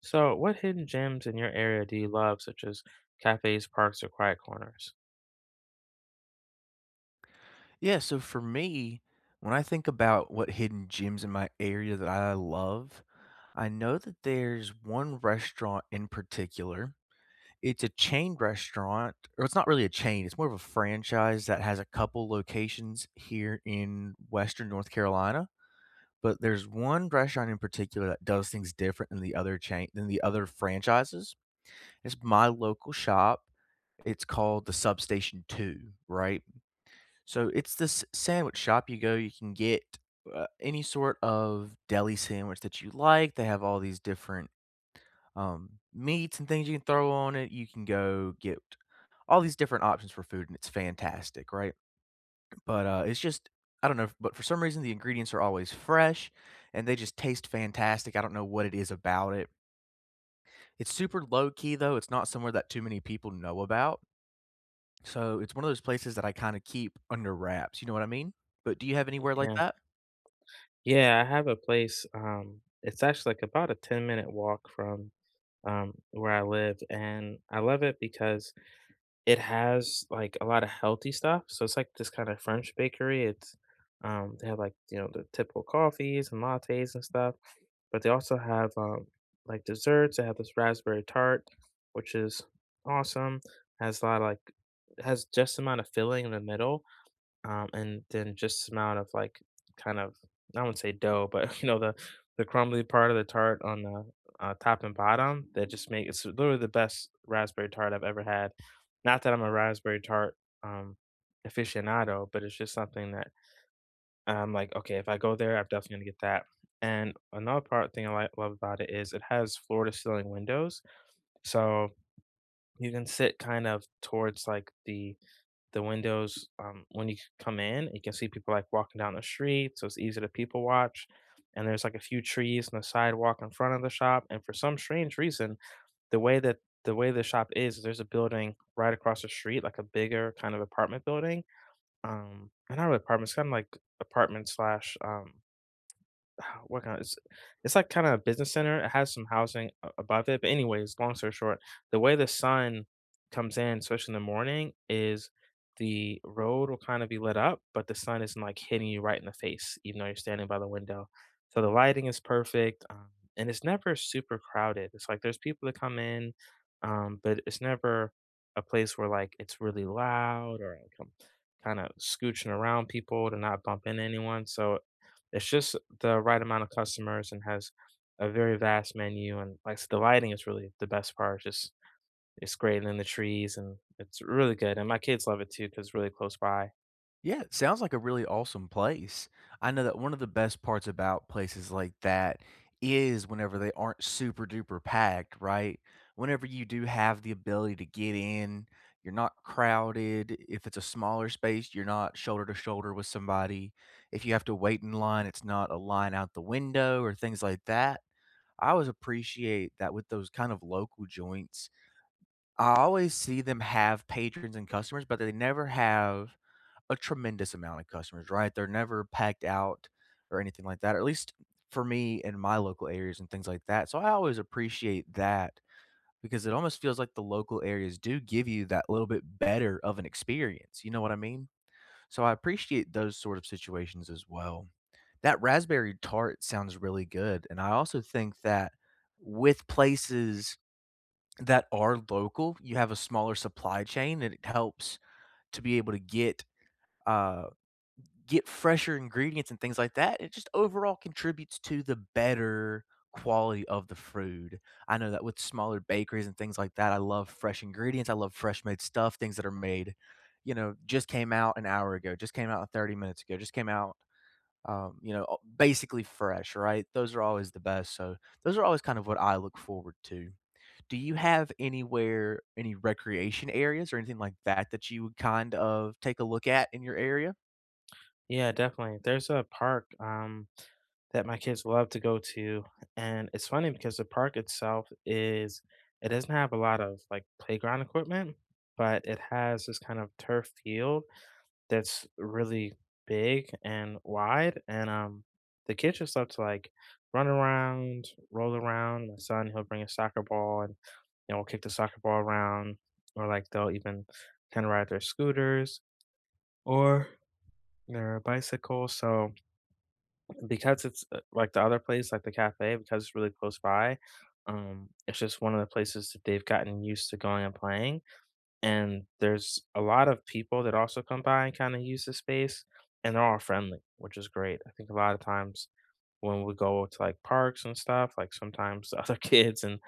So, what hidden gems in your area do you love, such as cafes, parks, or quiet corners? Yeah, so for me, when I think about what hidden gyms in my area that I love, I know that there's one restaurant in particular. It's a chain restaurant, or it's not really a chain, it's more of a franchise that has a couple locations here in Western North Carolina. But there's one restaurant in particular that does things different than the other chain than the other franchises. It's my local shop. It's called the Substation 2, right? So it's this sandwich shop you go, you can get any sort of deli sandwich that you like. They have all these different meats and things you can throw on it. You can go get all these different options for food, and it's fantastic, right? But it's just, I don't know, but for some reason, the ingredients are always fresh and they just taste fantastic. I don't know what it is about it. It's super low key, though. It's not somewhere that too many people know about. So it's one of those places that I kind of keep under wraps. You know what I mean? But do you have anywhere like Yeah, that? yeah, I have a place. It's actually like about a 10-minute minute walk from where I live, and I love it because it has like a lot of healthy stuff. So it's like this kind of French bakery. It's They have like the typical coffees and lattes and stuff. But they also have, like, desserts. They have this raspberry tart, which is awesome. Has a lot of, like Has just amount of filling in the middle, and then just amount of, like, kind of I wouldn't say dough, but, the crumbly part of the tart on the, top and bottom that just make it's literally the best raspberry tart I've ever had. Not that I'm a raspberry tart, um, aficionado, but it's just something that I'm like, okay, if I go there, I'm definitely gonna get that. And another part thing I love about it is it has floor to ceiling windows, so you can sit kind of towards like the windows, when you come in. You can see people like walking down the street, so it's easy to people watch. And there's like a few trees on the sidewalk in front of the shop. And for some strange reason, the way that the way the shop is there's a building right across the street, like a bigger kind of apartment building. And not really apartment, it's kind of like apartment slash what kind of it's like kind of a business center. It has some housing above it, but anyways, long story short, the way the sun comes in, especially in the morning, is the road will kind of be lit up, but the sun isn't like hitting you right in the face, even though you're standing by the window. So the lighting is perfect, and it's never super crowded. It's like there's people that come in, but it's never a place where like it's really loud or like I'm kind of scooching around people to not bump into anyone. So it's just the right amount of customers and has a very vast menu, and, like, s the lighting is really the best part, just it's great, and then the trees, and it's really good, and my kids love it too because it's really close by. Yeah, it sounds like a really awesome place. I know that one of the best parts about places like that is whenever they aren't super duper packed, right? Whenever you do have the ability to get in, you're not crowded. If it's a smaller space, you're not shoulder to shoulder with somebody. If you have to wait in line, it's not a line out the window or things like that. I always appreciate that with those kind of local joints. I always see them have patrons and customers, but they never have a tremendous amount of customers, right? They're never packed out or anything like that, or at least for me in my local areas and things like that. So I always appreciate that because it almost feels like the local areas do give you that little bit better of an experience. You know what I mean? So I appreciate those sort of situations as well. That raspberry tart sounds really good. And I also think that with places that are local, you have a smaller supply chain and it helps to be able to uh get fresher ingredients and things like that. It just overall contributes to the better quality of the food. I know that with smaller bakeries and things like that, I love fresh ingredients. I love fresh made stuff, things that are made, you know, just came out an hour ago, just came out 30 minutes ago, just came out, you know, basically fresh, right? Those are always the best. So those are always kind of what I look forward to. Do you have anywhere, any recreation areas or anything like that that you would kind of take a look at in your area? Yeah, definitely. There's a park, that my kids love to go to, and it's funny because the park itself is it doesn't have a lot of, like, playground equipment, but it has this kind of turf field that's really big and wide, and, the kids just love to, like, run around, roll around. My son, he'll bring a soccer ball and we'll kick the soccer ball around, or, like, they'll even kinda ride their scooters or their bicycle, so because it's, like, the other place, like the cafe, because it's really close by, it's just one of the places that they've gotten used to going and playing. And there's a lot of people that also come by and kinda use the space, and they're all friendly, which is great. I think a lot of times when we go to, like, parks and stuff, like, sometimes the other kids and,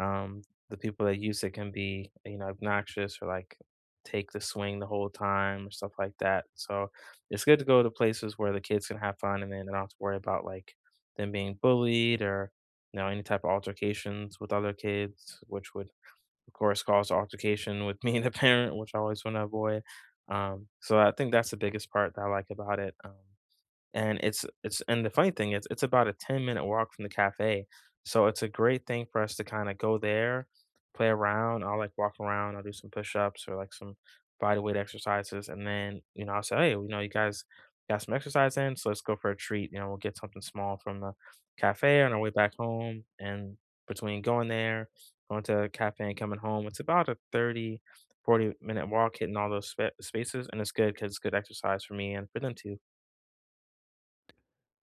um, the people that use it can be, obnoxious or, like, take the swing the whole time or stuff like that. So, it's good to go to places where the kids can have fun and then don't have to worry about, like, them being bullied or any type of altercations with other kids, which would of course, caused altercation with me and the parent, which I always want to avoid. So I think that's the biggest part that I like about it. And it's And the funny thing is it's about a 10-minute walk from the cafe, so it's a great thing for us to kinda go there, play around, I'll, like, walk around, I'll do some push-ups or, like, some body weight exercises, and then, I'll say, "Hey, you guys got some exercise in, so let's go for a treat." We'll get something small from the cafe on our way back home, and between going there, going to a cafe and coming home, it's about a 30 to 40 minute walk, hitting all those spaces, and it's good because it's good exercise for me and for them too.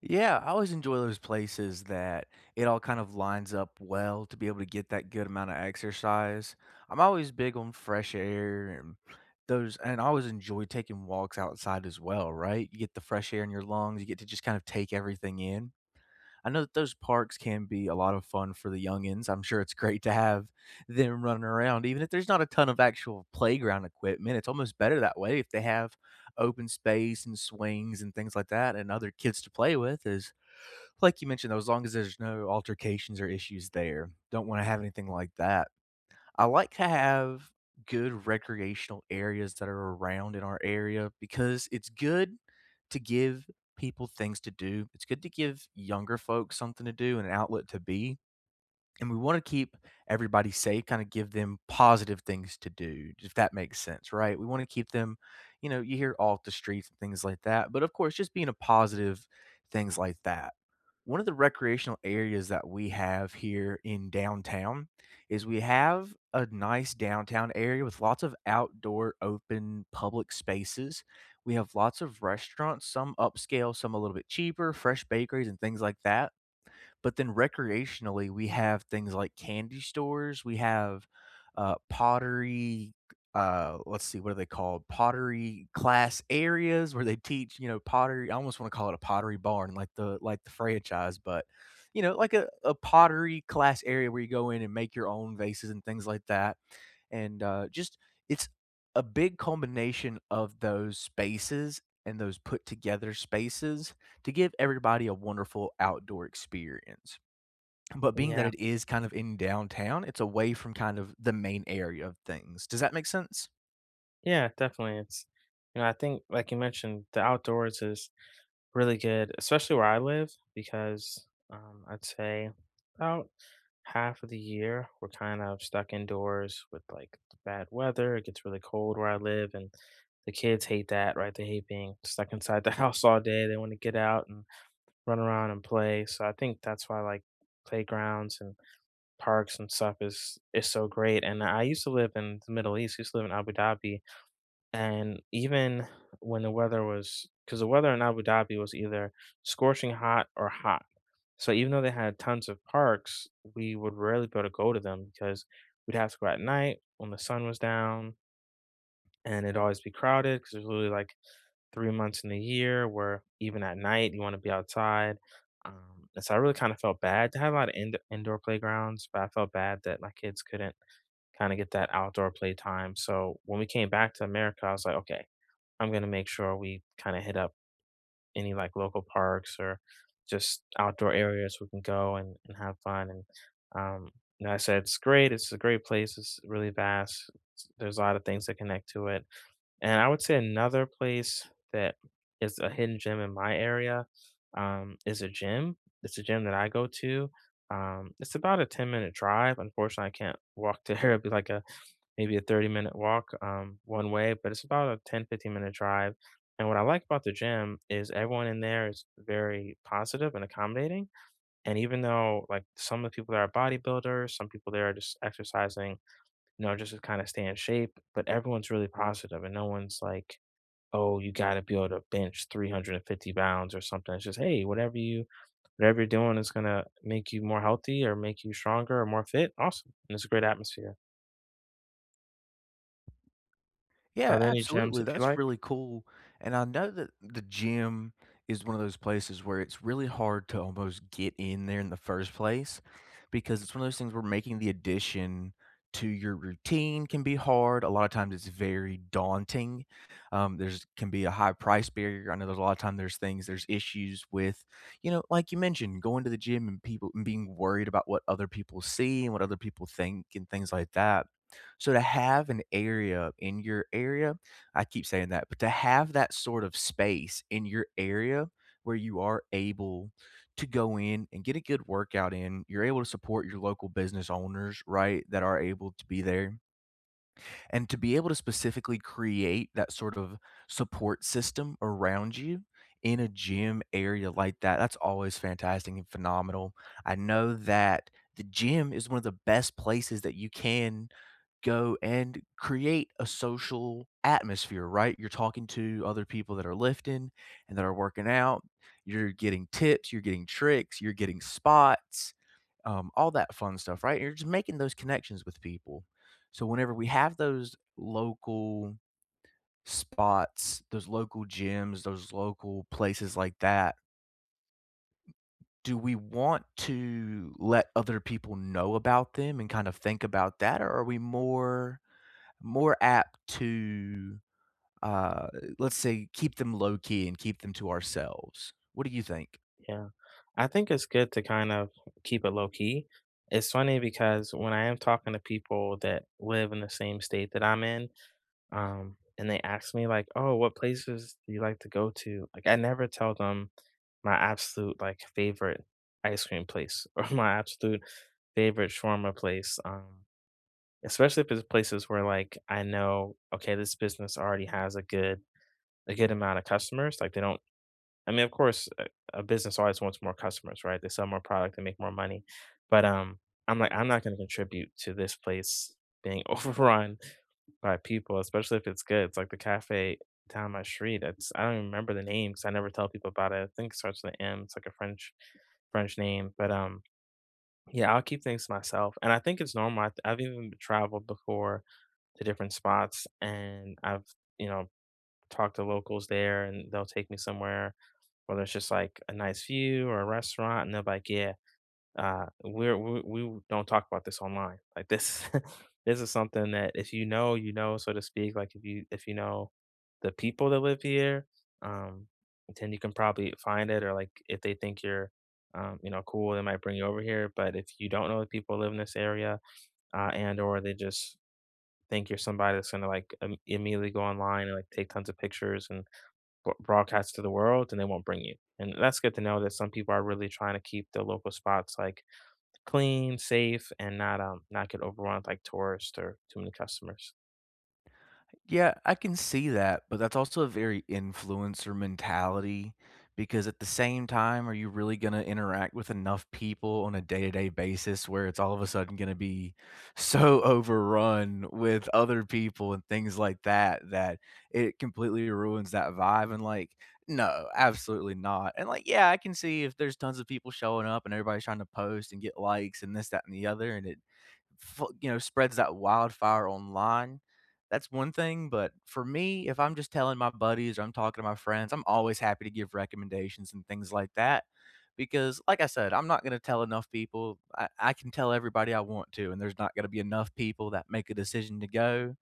Yeah, I always enjoy those places that it all kind of lines up well to be able to get that good amount of exercise. I'm always big on fresh air and those, and I always enjoy taking walks outside as well, right? You get the fresh air in your lungs, you get to just kind of take everything in. I know that those parks can be a lot of fun for the youngins. I'm sure it's great to have them running around, even if there's not a ton of actual playground equipment. It's almost better that way if they have open space and swings and things like that and other kids to play with is like you mentioned, though, as long as there's no altercations or issues there, don't want to have anything like that. I like to have good recreational areas that are around in our area because it's good to give people things to do. It's good to give younger folks something to do and an outlet to be and we want to keep everybody safe, kind of give them positive things to do, if that makes sense, right? We want to keep them, you know, you hear off the streets and things like that. But of course, just being a positive, things like that. One of the recreational areas that we have here in downtown is we have a nice downtown area with lots of outdoor open public spaces. We have lots of restaurants, some upscale, some a little bit cheaper, fresh bakeries, and things like that. But then recreationally, we have things like candy stores, we have, pottery, let's see, what are they called? Pottery class areas where they teach, you know, pottery I almost wanna call it a pottery barn, like the franchise, but, you know, like a pottery class area where you go in and make your own vases and things like that, and, just it's a big combination of those spaces and those put together spaces to give everybody a wonderful outdoor experience. But being that Yeah. it is kind of in downtown, it's away from kind of the main area of things. Does that make sense? Yeah, definitely. I think, like you mentioned, the outdoors is really good, especially where I live, because I'd say about half of the year we're kind of stuck indoors with like the bad weather. It gets really cold where I live, and the kids hate that, right? They hate being stuck inside the house all day. They want to get out and run around and play. So I think that's why, like, playgrounds and parks and stuff is so great, and I used to live in the Middle East. I used to live in Abu Dhabi, and even when the weather was because the weather in Abu Dhabi was either scorching hot or hot. So even though they had tons of parks, we would rarely be able to go to them because we'd have to go at night when the sun was down, and it'd always be crowded because there's literally like 3 months in the year where even at night you want to be outside. And so I really kind of felt bad. They had a lot of indoor playgrounds, but I felt bad that my kids couldn't kinda get that outdoor play time. So when we came back to America, I was like, "Okay, I'm gonna make sure we kinda hit up any, like, local parks or just outdoor areas we can go and have fun," and, um, I said, "It's great, it's a great place, it's really vast, s there's a lot of things that connect to it." And I would say another place that is a hidden gem in my area, is a gym. It's a gym that I go to, it's about a 10-minute drive, unfortunately, I can't walk there, it'd be like a maybe a 30-minute minute walk one way, but it's about a ten, 15 minute drive. And what I like about the gym is everyone in there is very positive and accommodating. And even though like some of the people there are bodybuilders, some people there are just exercising, just to kind of stay in shape, but everyone's really positive and no one's like, oh, you got to be able to bench 350 pounds or something. It's just, hey, whatever you're doing is going to make you more healthy or make you stronger or more fit. Awesome. And it's a great atmosphere. Yeah, Are there any gyms absolutely. that you That's like? really cool. And I know that the gym is one of those places where it's really hard to almost get in there in the first place because it's one of those things where making the addition to your routine can be hard. A lot of times it's very daunting. There's can be a high price barrier. I know there's a lot of time there's things, there's issues with, you know, like you mentioned, going to the gym and people and being worried about what other people see and what other people think and things like that. So to have an area in your area I keep saying that, but to have that sort of space in your area where you are able to go in and get a good workout in, you're able to support your local business owners, right, that are able to be there. And to be able to specifically create that sort of support system around you in a gym area like that, that's always fantastic and phenomenal. I know that the gym is one of the best places that you can go and create a social atmosphere, right? You're talking to other people that are lifting and that are working out. You're getting tips, you're getting tricks, you're getting spots, all that fun stuff, right? You're just making those connections with people. So whenever we have those local spots, those local gyms, those local places like that, do we want to let other people know about them and kind of think about that, or are we more apt to, uh, let's say, keep them low key and keep them to ourselves? What do you think? Yeah. I think it's good to kind of keep it low key. It's funny because when I am talking to people that live in the same state that I'm in, and they ask me like, "Oh, what places do you like to go to?" Like, I never tell them my absolute like favorite ice cream place or my absolute favorite shawarma place. Especially if it's places where like I know, okay, this business already has a good amount of customers. Like, they don't. I mean, of course, a business always wants more customers, right? They sell more product, they make more money. But, I'm like, "I'm not gonna contribute to this place being overrun by people, especially if it's good." It's like the cafe down my street, it's I don't even remember the name because I never tell people about it. I think it starts with an M. It's like a French name, but, yeah, I'll keep things to myself, and I think it's normal. I've even traveled before to different spots, and I've, you know, talked to locals there, and they'll take me somewhere, whether it's just like a nice view or a restaurant, and they're like, "Yeah, we don't talk about this online." This is something that if you know, you know, so to speak. Like if you know the people that live here, um, then you can probably find it. Or like if they think you're, cool, they might bring you over here. But if you don't know the people who live in this area, and or they just think you're somebody that's gonna like immediately go online and like take tons of pictures and broadcast to the world, and they won't bring you. And that's good to know that some people are really trying to keep their local spots like clean, safe, and not get overrun with like tourists or too many customers. Yeah, I can see that, but that's also a very influencer mentality because at the same time, are you really going to interact with enough people on a day to day basis where it's all of a sudden going to be so overrun with other people and things like that that it completely ruins that vibe? And like, no, absolutely not. And like, yeah, I can see if there's tons of people showing up and everybody's trying to post and get likes and this, that, and the other, and it you know, spreads that wildfire online, that's one thing, but for me, if I'm just telling my buddies or I'm talking to my friends, I'm always happy to give recommendations and things like that because like I said, I'm not going to tell enough people. I can tell everybody I want to, and there's not going to be enough people that make a decision to go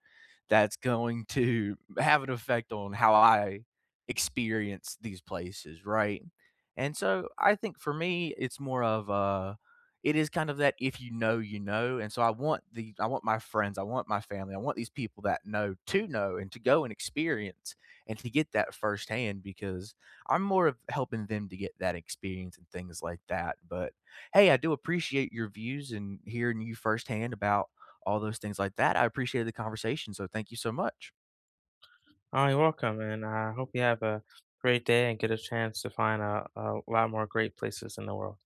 that's going to have an effect on how I experience these places, right? And so I think for me, it's more of a it is kind of that if you know, you know. And so I want the I want my friends, I want my family, I want these people that know to know and to go and experience and to get that firsthand because I'm more of helping them to get that experience and things like that. But hey, I do appreciate your views and hearing you firsthand about all those things like that. I appreciated the conversation. So thank you so much. Oh, you're welcome, and I hope you have a great day and get a chance to find a lot more great places in the world.